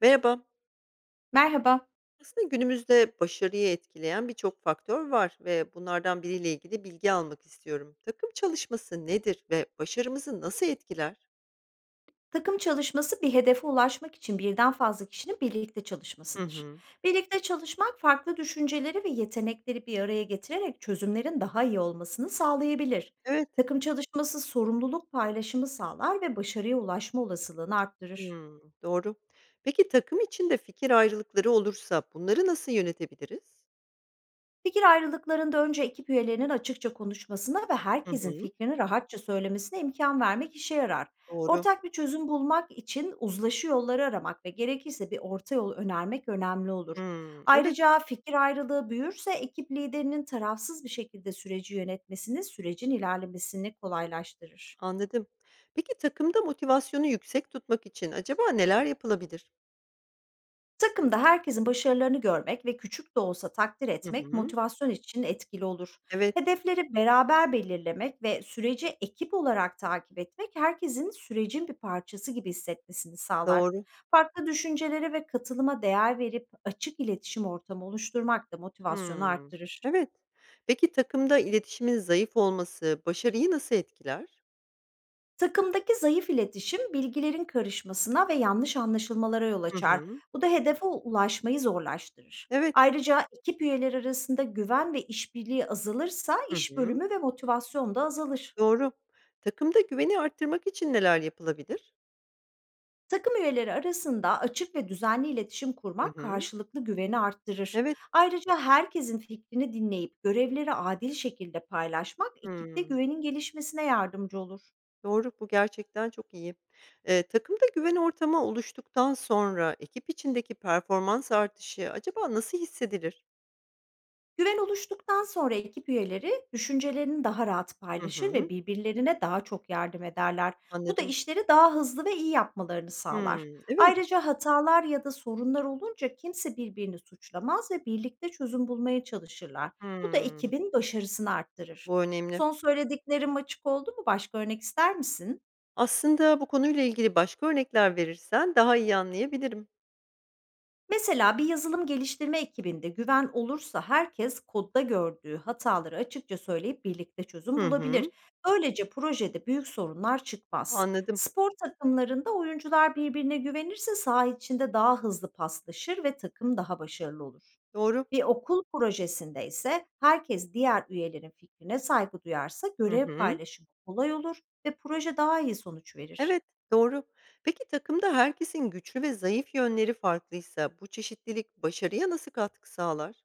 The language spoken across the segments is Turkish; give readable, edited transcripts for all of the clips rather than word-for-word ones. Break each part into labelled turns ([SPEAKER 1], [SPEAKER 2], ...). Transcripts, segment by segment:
[SPEAKER 1] Merhaba.
[SPEAKER 2] Merhaba.
[SPEAKER 1] Aslında günümüzde başarıyı etkileyen birçok faktör var ve bunlardan biriyle ilgili bilgi almak istiyorum. Takım çalışması nedir ve başarımızı nasıl etkiler?
[SPEAKER 2] Takım çalışması bir hedefe ulaşmak için birden fazla kişinin birlikte
[SPEAKER 1] Hı
[SPEAKER 2] çalışmasıdır.
[SPEAKER 1] hı.
[SPEAKER 2] Birlikte çalışmak farklı düşünceleri ve yetenekleri bir araya getirerek çözümlerin daha iyi olmasını sağlayabilir.
[SPEAKER 1] Evet.
[SPEAKER 2] Takım çalışması sorumluluk paylaşımı sağlar ve başarıya ulaşma olasılığını arttırır.
[SPEAKER 1] Hmm, doğru. Peki takım içinde fikir ayrılıkları olursa bunları nasıl yönetebiliriz?
[SPEAKER 2] Fikir ayrılıklarında önce ekip üyelerinin açıkça konuşmasına ve
[SPEAKER 1] Hı
[SPEAKER 2] herkesin
[SPEAKER 1] hı.
[SPEAKER 2] fikrini rahatça söylemesine imkan vermek işe yarar.
[SPEAKER 1] Doğru.
[SPEAKER 2] Ortak bir çözüm bulmak için uzlaşı yolları aramak ve gerekirse bir orta yol önermek önemli olur.
[SPEAKER 1] Hmm, evet,
[SPEAKER 2] Ayrıca fikir ayrılığı büyürse ekip liderinin tarafsız bir şekilde süreci yönetmesini, sürecin ilerlemesini kolaylaştırır.
[SPEAKER 1] anladım. Peki takımda motivasyonu yüksek tutmak için acaba neler yapılabilir?
[SPEAKER 2] Takımda herkesin başarılarını görmek ve küçük de olsa takdir
[SPEAKER 1] Hı
[SPEAKER 2] etmek
[SPEAKER 1] hı.
[SPEAKER 2] motivasyon için etkili olur.
[SPEAKER 1] Evet,
[SPEAKER 2] Hedefleri beraber belirlemek ve süreci ekip olarak takip etmek herkesin sürecin bir parçası gibi hissetmesini sağlar.
[SPEAKER 1] doğru.
[SPEAKER 2] Farklı düşüncelere ve katılıma değer verip açık iletişim ortamı oluşturmak da motivasyonu
[SPEAKER 1] Hımm.
[SPEAKER 2] arttırır.
[SPEAKER 1] Evet. Peki takımda iletişimin zayıf olması başarıyı nasıl etkiler?
[SPEAKER 2] Takımdaki zayıf iletişim bilgilerin karışmasına ve yanlış anlaşılmalara yol
[SPEAKER 1] Hı
[SPEAKER 2] açar.
[SPEAKER 1] hı.
[SPEAKER 2] Bu da hedefe ulaşmayı zorlaştırır.
[SPEAKER 1] Evet,
[SPEAKER 2] Ayrıca ekip üyeleri arasında güven ve işbirliği azalırsa
[SPEAKER 1] hı
[SPEAKER 2] iş
[SPEAKER 1] hı,
[SPEAKER 2] bölümü ve motivasyon da azalır.
[SPEAKER 1] doğru. Takımda güveni arttırmak için neler yapılabilir?
[SPEAKER 2] Takım üyeleri arasında açık ve düzenli iletişim
[SPEAKER 1] Hı
[SPEAKER 2] kurmak
[SPEAKER 1] hı.
[SPEAKER 2] karşılıklı güveni arttırır.
[SPEAKER 1] Evet.
[SPEAKER 2] Ayrıca herkesin fikrini dinleyip görevleri adil şekilde paylaşmak ekipte
[SPEAKER 1] Hımm.
[SPEAKER 2] güvenin gelişmesine yardımcı olur.
[SPEAKER 1] Doğru, bu gerçekten çok iyi. Takımda güven ortamı oluştuktan sonra ekip içindeki performans artışı acaba nasıl hissedilir?
[SPEAKER 2] Güven oluştuktan sonra ekip üyeleri düşüncelerini daha rahat
[SPEAKER 1] Hı
[SPEAKER 2] paylaşır ve
[SPEAKER 1] hı.
[SPEAKER 2] birbirlerine daha çok yardım ederler. Bu da
[SPEAKER 1] Anladım.
[SPEAKER 2] işleri daha hızlı ve iyi yapmalarını sağlar.
[SPEAKER 1] Hımm, evet.
[SPEAKER 2] Ayrıca hatalar ya da sorunlar olunca kimse birbirini suçlamaz ve birlikte çözüm bulmaya çalışırlar. Bu da
[SPEAKER 1] Hımm.
[SPEAKER 2] ekibin başarısını arttırır.
[SPEAKER 1] Bu önemli.
[SPEAKER 2] Son söylediklerim açık oldu mu? Başka örnek ister misin?
[SPEAKER 1] Aslında bu konuyla ilgili başka örnekler verirsen daha iyi anlayabilirim.
[SPEAKER 2] Mesela bir yazılım geliştirme ekibinde güven olursa herkes kodda gördüğü hataları açıkça söyleyip birlikte çözüm
[SPEAKER 1] Hı hı.
[SPEAKER 2] bulabilir. Böylece projede büyük sorunlar çıkmaz.
[SPEAKER 1] Anladım.
[SPEAKER 2] Spor takımlarında oyuncular birbirine güvenirse saha içinde daha hızlı paslaşır ve takım daha başarılı olur.
[SPEAKER 1] Doğru.
[SPEAKER 2] Bir okul projesinde ise herkes diğer üyelerin fikrine saygı duyarsa
[SPEAKER 1] Hı
[SPEAKER 2] görev
[SPEAKER 1] hı.
[SPEAKER 2] paylaşımı kolay olur ve proje daha iyi sonuç verir.
[SPEAKER 1] Evet, doğru. Peki takımda herkesin güçlü ve zayıf yönleri farklıysa bu çeşitlilik başarıya nasıl katkı sağlar?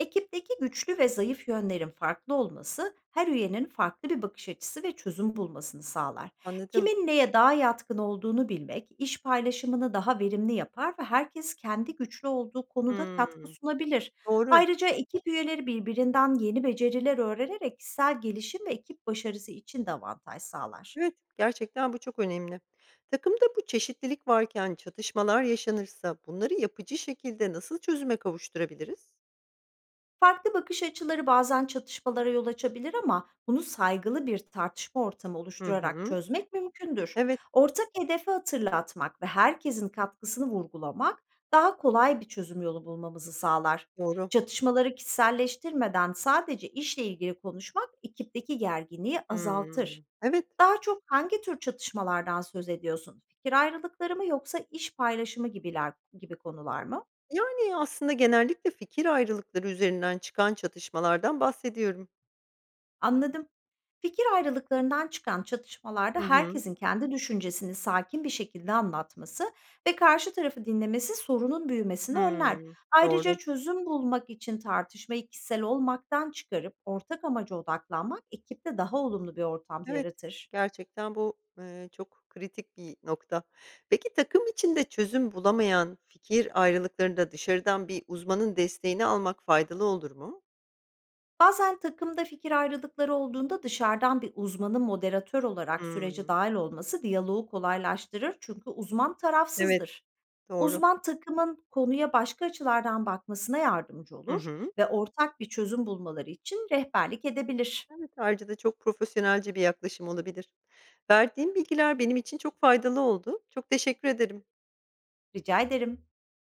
[SPEAKER 2] Ekipteki güçlü ve zayıf yönlerin farklı olması, her üyenin farklı bir bakış açısı ve çözüm bulmasını sağlar.
[SPEAKER 1] Anladım.
[SPEAKER 2] Kimin neye daha yatkın olduğunu bilmek, iş paylaşımını daha verimli yapar ve herkes kendi güçlü olduğu konuda katkı
[SPEAKER 1] Hımm.
[SPEAKER 2] sunabilir.
[SPEAKER 1] Doğru.
[SPEAKER 2] Ayrıca ekip üyeleri birbirinden yeni beceriler öğrenerek kişisel gelişim ve ekip başarısı için de avantaj sağlar.
[SPEAKER 1] Evet, gerçekten bu çok önemli. Takımda bu çeşitlilik varken çatışmalar yaşanırsa bunları yapıcı şekilde nasıl çözüme kavuşturabiliriz?
[SPEAKER 2] Farklı bakış açıları bazen çatışmalara yol açabilir ama bunu saygılı bir tartışma ortamı
[SPEAKER 1] Hı
[SPEAKER 2] oluşturarak
[SPEAKER 1] hı.
[SPEAKER 2] çözmek mümkündür.
[SPEAKER 1] Evet,
[SPEAKER 2] Ortak hedefi hatırlatmak ve herkesin katkısını vurgulamak daha kolay bir çözüm yolu bulmamızı sağlar.
[SPEAKER 1] doğru.
[SPEAKER 2] Çatışmaları kişiselleştirmeden sadece işle ilgili konuşmak ekipteki gerginliği azaltır.
[SPEAKER 1] Hımm. Evet.
[SPEAKER 2] Daha çok hangi tür çatışmalardan söz ediyorsun? Fikir ayrılıkları mı, yoksa iş paylaşımı gibi konular mı?
[SPEAKER 1] Yani, aslında genellikle fikir ayrılıkları üzerinden çıkan çatışmalardan bahsediyorum.
[SPEAKER 2] Anladım. Fikir ayrılıklarından çıkan çatışmalarda
[SPEAKER 1] Hı hı.
[SPEAKER 2] herkesin kendi düşüncesini sakin bir şekilde anlatması ve karşı tarafı dinlemesi sorunun büyümesini önler.
[SPEAKER 1] Hımm. Doğru.
[SPEAKER 2] Ayrıca çözüm bulmak için tartışmayı kişisel olmaktan çıkarıp ortak amaca odaklanmak ekipte daha olumlu bir ortam
[SPEAKER 1] Evet,
[SPEAKER 2] yaratır.
[SPEAKER 1] gerçekten bu, çok kritik bir nokta. Peki, takım içinde çözüm bulamayan fikir ayrılıklarında dışarıdan bir uzmanın desteğini almak faydalı olur mu?
[SPEAKER 2] Bazen takımda fikir ayrılıkları olduğunda dışarıdan bir uzmanın moderatör olarak sürece
[SPEAKER 1] Hımm.
[SPEAKER 2] dahil olması diyaloğu kolaylaştırır, çünkü uzman
[SPEAKER 1] Evet,
[SPEAKER 2] tarafsızdır.
[SPEAKER 1] doğru.
[SPEAKER 2] Uzman takımın konuya başka açılardan bakmasına yardımcı
[SPEAKER 1] Hı
[SPEAKER 2] olur
[SPEAKER 1] hı.
[SPEAKER 2] ve ortak bir çözüm bulmaları için rehberlik edebilir.
[SPEAKER 1] Evet, ayrıca da çok profesyonelce bir yaklaşım olabilir. Verdiğin bilgiler benim için çok faydalı oldu. Çok teşekkür ederim.
[SPEAKER 2] Rica ederim.